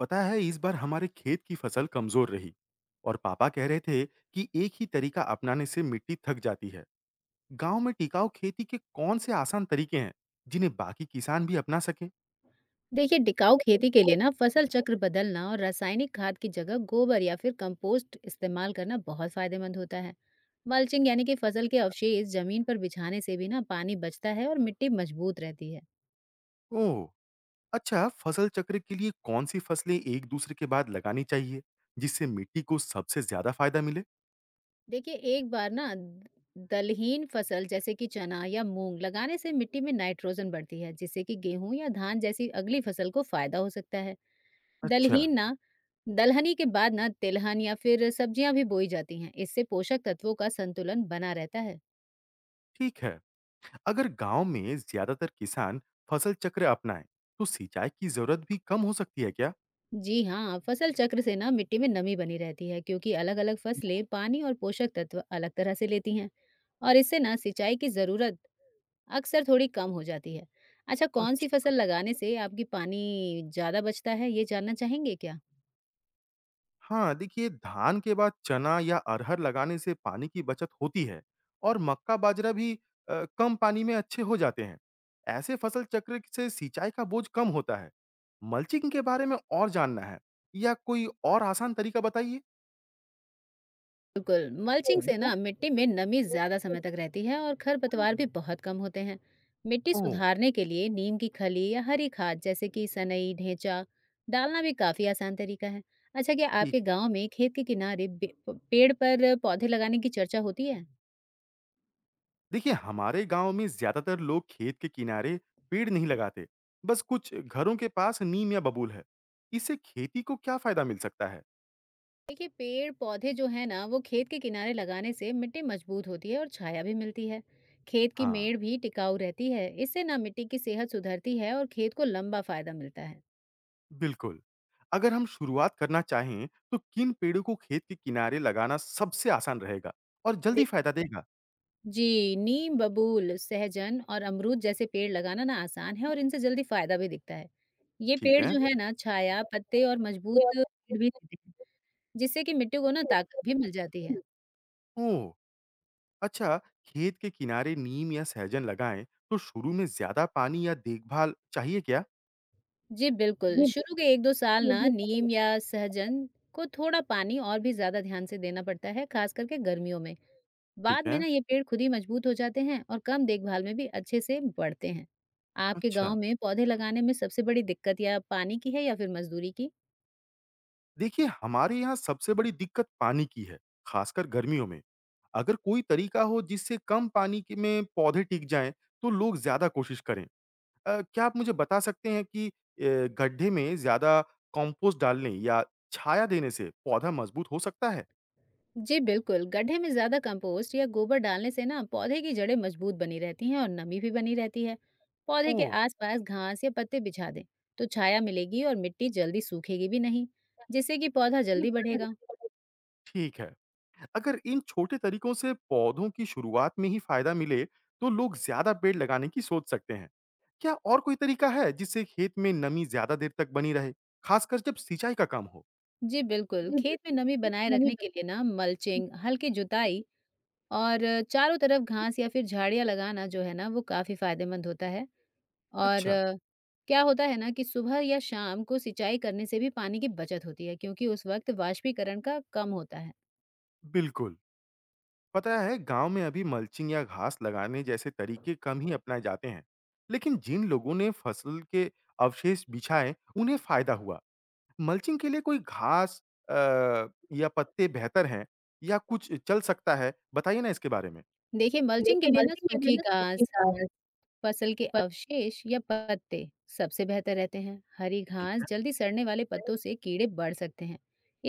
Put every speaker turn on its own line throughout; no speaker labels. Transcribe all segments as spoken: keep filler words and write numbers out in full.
पता है इस बार हमारे खेत की फसल कमजोर रही और पापा कह रहे थे कि एक ही तरीका अपनाने से मिट्टी थक जाती है। गांव में टिकाऊ खेती के कौन से आसान तरीके हैं जिन्हें बाकी किसान भी अपना सकें?
देखिए टिकाऊ खेती के लिए ना फसल चक्र बदलना और रासायनिक खाद की जगह गोबर या फिर कंपोस्ट इस्तेमाल करना बहुत फायदेमंद होता है। मल्चिंग यानी कि फसल के अवशेष जमीन पर बिछाने से भी ना पानी बचता है और मिट्टी मजबूत रहती है।
ओह, अच्छा। फसल चक्र के लिए कौन सी फसलें एक दूसरे के बाद लगानी चाहिए जिससे मिट्टी को सबसे ज्यादा फायदा मिले?
देखिए एक बार ना द- दलहीन फसल जैसे कि चना या मूंग लगाने से मिट्टी में नाइट्रोजन बढ़ती है जिससे कि गेहूं या धान जैसी अगली फसल को फायदा हो सकता है।
अच्छा।
दलहीन ना दलहनी के बाद ना तिलहन या फिर सब्जियां भी बोई जाती हैं। इससे पोषक तत्वों का संतुलन बना रहता है।
ठीक है। अगर गांव में ज्यादातर किसान फसल चक्र अपनाएं तो सिंचाई की जरूरत भी कम हो सकती है क्या?
जी हाँ, फसल चक्र से ना मिट्टी में नमी बनी रहती है क्योंकि अलग-अलग फसलें पानी और पोषक तत्व अलग तरह से लेती हैं और इससे ना सिंचाई की ज़रूरत अक्सर थोड़ी कम हो जाती है। अच्छा, कौन सी
अच्छा।
फसल लगाने से आपकी पानी ज़्यादा बचता है, ये जानना चाहेंगे क्या?
हाँ, देखिए धान के बाद चना या अरहर लगाने से पानी की बचत होती है और मक्का, बाजरा भी अ, कम पानी में अच्छे हो जाते हैं। ऐसे फसल चक्र से सिंचाई का बोझ कम होता है। मल्चिंग के बारे में और जानना है या कोई और आसान तरीका बताइए?
बिल्कुल, मल्चिंग से ना मिट्टी में नमी ज़्यादा समय तक रहती है और खरपतवार भी बहुत कम होते हैं। मिट्टी
ओह!
सुधारने के लिए नीम की खली या हरी खाद जैसे कि सनई, ढेंचा डालना भी काफ़ी आसान तरीका है। अच्छा, क्या
ठीक।
आपके गांव में खेत के किनारे बे- प- पेड़ पर पौधे लगाने की चर्चा होती है?
देखिए हमारे गाँव में ज़्यादातर लोग खेत के किनारे पेड़ नहीं लगाते। बस कुछ घरों के पास नीम या बबूल है। इससे खेती को क्या फ़ायदा मिल सकता है?
देखिए, पेड़ पौधे जो है ना वो खेत के किनारे लगाने से मिट्टी मजबूत होती है और छाया भी मिलती है। खेत की
हाँ।
मेड़ भी टिकाऊ रहती है। इससे ना मिट्टी की सेहत सुधरती है और खेत को लंबा फायदा मिलता है।
बिल्कुल। अगर हम शुरुआत करना चाहें, तो किन पेड़ों को खेत के किनारे लगाना सबसे आसान रहेगा और जल्दी फ़ायदा देगा?
जी, नीम, बबूल, सहजन और अमरूद जैसे पेड़ लगाना ना आसान है और इनसे जल्दी फायदा भी दिखता है। ये
ठीक
पेड़
है।
जो है ना छाया, पत्ते और मजबूत पेड़ भी देते हैं, जिससे कि मिट्टी को ना ताकत भी मिल जाती है।
ओह! अच्छा, खेत के किनारे नीम या सहजन लगाएँ, तो शुरू में ज़्यादा पानी या देखभाल चाहिए क्या?
जी बिल्कुल,
जी,
शुरू के
बिल्कुल।
एक दो साल
ये
ना
भी सही है।
नीम या सहजन को थोड़ा पानी और भी ज़्यादा ध्यान से देना पड़ता है, खास करके गर्मियों में।
ठीक
बाद में
है।
ना ये पेड़ खुद ही मजबूत हो जाते हैं और कम देखभाल में भी अच्छे से बढ़ते हैं। आपके
अच्छा,
गाँव में पौधे लगाने में सबसे बड़ी दिक्कत या पानी की है या फिर मजदूरी की?
देखिए हमारे यहाँ सबसे बड़ी दिक्कत पानी की है, खासकर गर्मियों में। अगर कोई तरीका हो जिससे कम पानी के में पौधे टिक जाएँ, तो लोग ज़्यादा कोशिश करें। अ, क्या आप मुझे बता सकते हैं कि अ, गड्ढे में ज़्यादा कंपोस्ट डालने या छाया देने से पौधा मजबूत हो सकता है?
जी बिल्कुल, गड्ढे में ज़्यादा कंपोस्ट या गोबर डालने से ना पौधे की जड़ें मजबूत बनी रहती हैं और नमी भी बनी रहती है। पौधे के
ओह!
आसपास घास या पत्ते बिछा दें तो छाया मिलेगी और मिट्टी जल्दी सूखेगी भी नहीं, जिससे कि पौधा जल्दी बढ़ेगा।
ठीक है। अगर इन छोटे तरीकों से पौधों की शुरुआत में ही फायदा मिले, तो लोग ज़्यादा पेड़ लगाने की सोच सकते हैं। क्या और कोई तरीका है जिससे खेत में नमी ज़्यादा देर तक बनी रहे, खासकर जब सिंचाई का काम हो?
जी बिल्कुल, खेत में नमी बनाए रखने के लिए ना मल्चिंग, हल्की जुताई और चारों तरफ घास या फिर झाड़ियाँ लगाना जो है ना वो काफी फायदेमंद होता है। और
अच्छा,
अ, क्या होता है ना कि सुबह या शाम को सिंचाई करने से भी पानी की बचत होती है क्योंकि उस वक्त वाष्पीकरण का कम होता है।
बिल्कुल। पता है गांव में अभी मल्चिंग या घास लगाने जैसे तरीके कम ही अपनाए जाते हैं, लेकिन जिन लोगों ने फसल के अवशेष बिछाए उन्हें फायदा हुआ। मल्चिंग के लिए कोई घास अ, या पत्ते बेहतर हैं या कुछ चल सकता है, बताइए ना इसके बारे में।
देखिए मल्चिंग के
देखिए
लिए ना
मल्चिंग के लिए
सूखी
ना सूखी
घास,
घास
फसल के
पर
अवशेष या पत्ते सबसे बेहतर रहते हैं। हरी
ठीक
घास
है
जल्दी सड़ने वाले
रहने
पत्तों
वाले
से कीड़े बढ़ सकते हैं।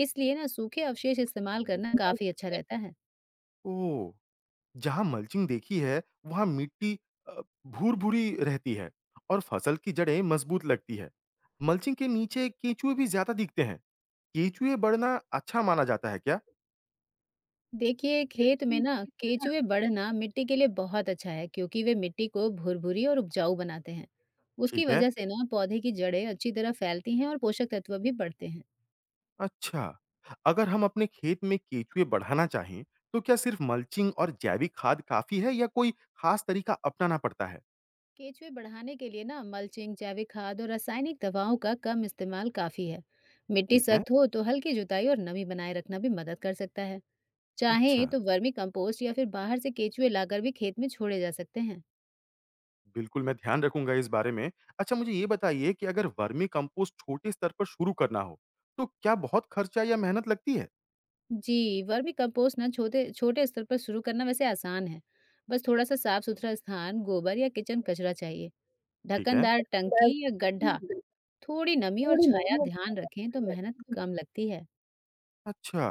इसलिए ना सूखे
पेड़
अवशेष इस्तेमाल
सूखे रखने जैसे
करना
उन्हें
काफी अच्छा
करते हैं।
रहता है।
ओह, जहाँ मल्चिंग देखी है, वहाँ मिट्टी अ, भूर-भूरी रहती है और फसल की जड़ें मजबूत लगती है। मल्चिंग के नीचे केंचुए भी ज़्यादा दिखते हैं। केंचुए बढ़ना अच्छा माना जाता है क्या?
देखिए खेत में
देखिए,
ना
खेत में ना
केचुए बढ़ना मिट्टी के लिए बहुत अच्छा है क्योंकि वे मिट्टी को भुरभुरी और उपजाऊ बनाते हैं। उसकी
ठीक है।
वजह से ना पौधे की जड़ें अच्छी तरह फैलती हैं और पोषक तत्व भी बढ़ते हैं।
अच्छा, अगर हम अपने खेत में केंचुए बढ़ाना चाहें, तो क्या सिर्फ मल्चिंग और जैविक खाद काफ़ी है या कोई खास तरीका अपनाना पड़ता है?
केचुए बढ़ाने के लिए ना मल्चिंग जैविक खाद और रासायनिक दवाओं का कम इस्तेमाल काफी है। मिट्टी
ठीक है,
सख्त हो तो हल्की जुताई और नमी बनाए रखना भी मदद कर सकता है।
अच्छा।
चाहे तो वर्मी कंपोस्ट या फिर बाहर से केचुए लाकर भी खेत में छोड़े जा सकते हैं।
बिल्कुल, मैं ध्यान रखूँगा इस बारे में। अच्छा मुझे ये बताइए कि अगर वर्मी कंपोस्ट छोटे स्तर पर शुरू करना हो, तो क्या बहुत खर्चा या मेहनत लगती है?
जी, वर्मी कंपोस्ट ना छोटे छोटे स्तर पर शुरू करना वैसे आसान है। बस थोड़ा-सा साफ-सुथरा स्थान, गोबर या किचन कचरा चाहिए।
ठीक है।
ढक्कनदार टंकी या गड्ढा, थोड़ी नमी और
थोड़ी
छाया
नमी और
ध्यान
छाया
रखें तो
बनाए
मेहनत
रखें।
कम लगती है।
अच्छा,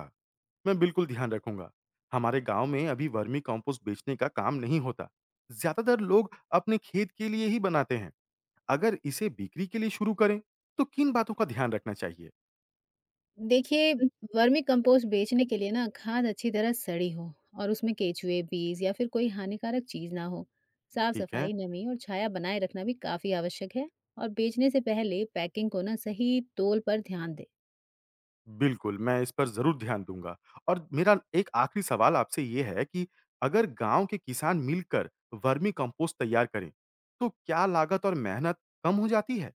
मैं बिल्कुल ध्यान रखूँगा। हमारे गाँव में अभी वर्मी कंपोस्ट बेचने का काम नहीं होता। ज़्यादातर लोग अपने खेत के लिए ही बनाते हैं। अगर इसे बिक्री के लिए शुरू करें, तो किन बातों का ध्यान रखना चाहिए?
देखिए, वर्मी कंपोस्ट बेचने के लिए ना खाद अच्छी तरह सड़ी हो और उसमें केचुए, बीज या फिर कोई हानिकारक चीज़ ना हो।
ठीक है।
साफ-सफाई, नमी और छाया बनाए रखना भी काफ़ी आवश्यक है और बेचने से पहले पैकिंग को ना सही तौल पर ध्यान दें।
बिल्कुल, मैं इस पर ज़रूर ध्यान दूँगा। और मेरा एक आखिरी सवाल आपसे ये है कि अगर गाँव के किसान मिलकर वर्मी कंपोस्ट तैयार करें, तो क्या लागत और मेहनत कम हो जाती है?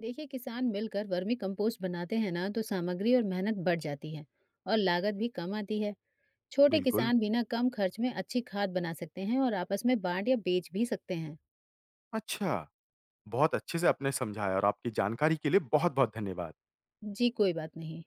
देखिए किसान मिलकर वर्मी कंपोस्ट बनाते हैं ना तो सामग्री और मेहनत बढ़ जाती है और लागत भी कम आती है। छोटे
बिल्कुल।
किसान बिना कम खर्च में अच्छी खाद बना सकते हैं और आपस में बांट या बेच भी सकते हैं।
अच्छा, बहुत अच्छे से आपने समझाया और आपकी जानकारी के लिए बहुत-बहुत धन्यवाद।
जी कोई बात नहीं।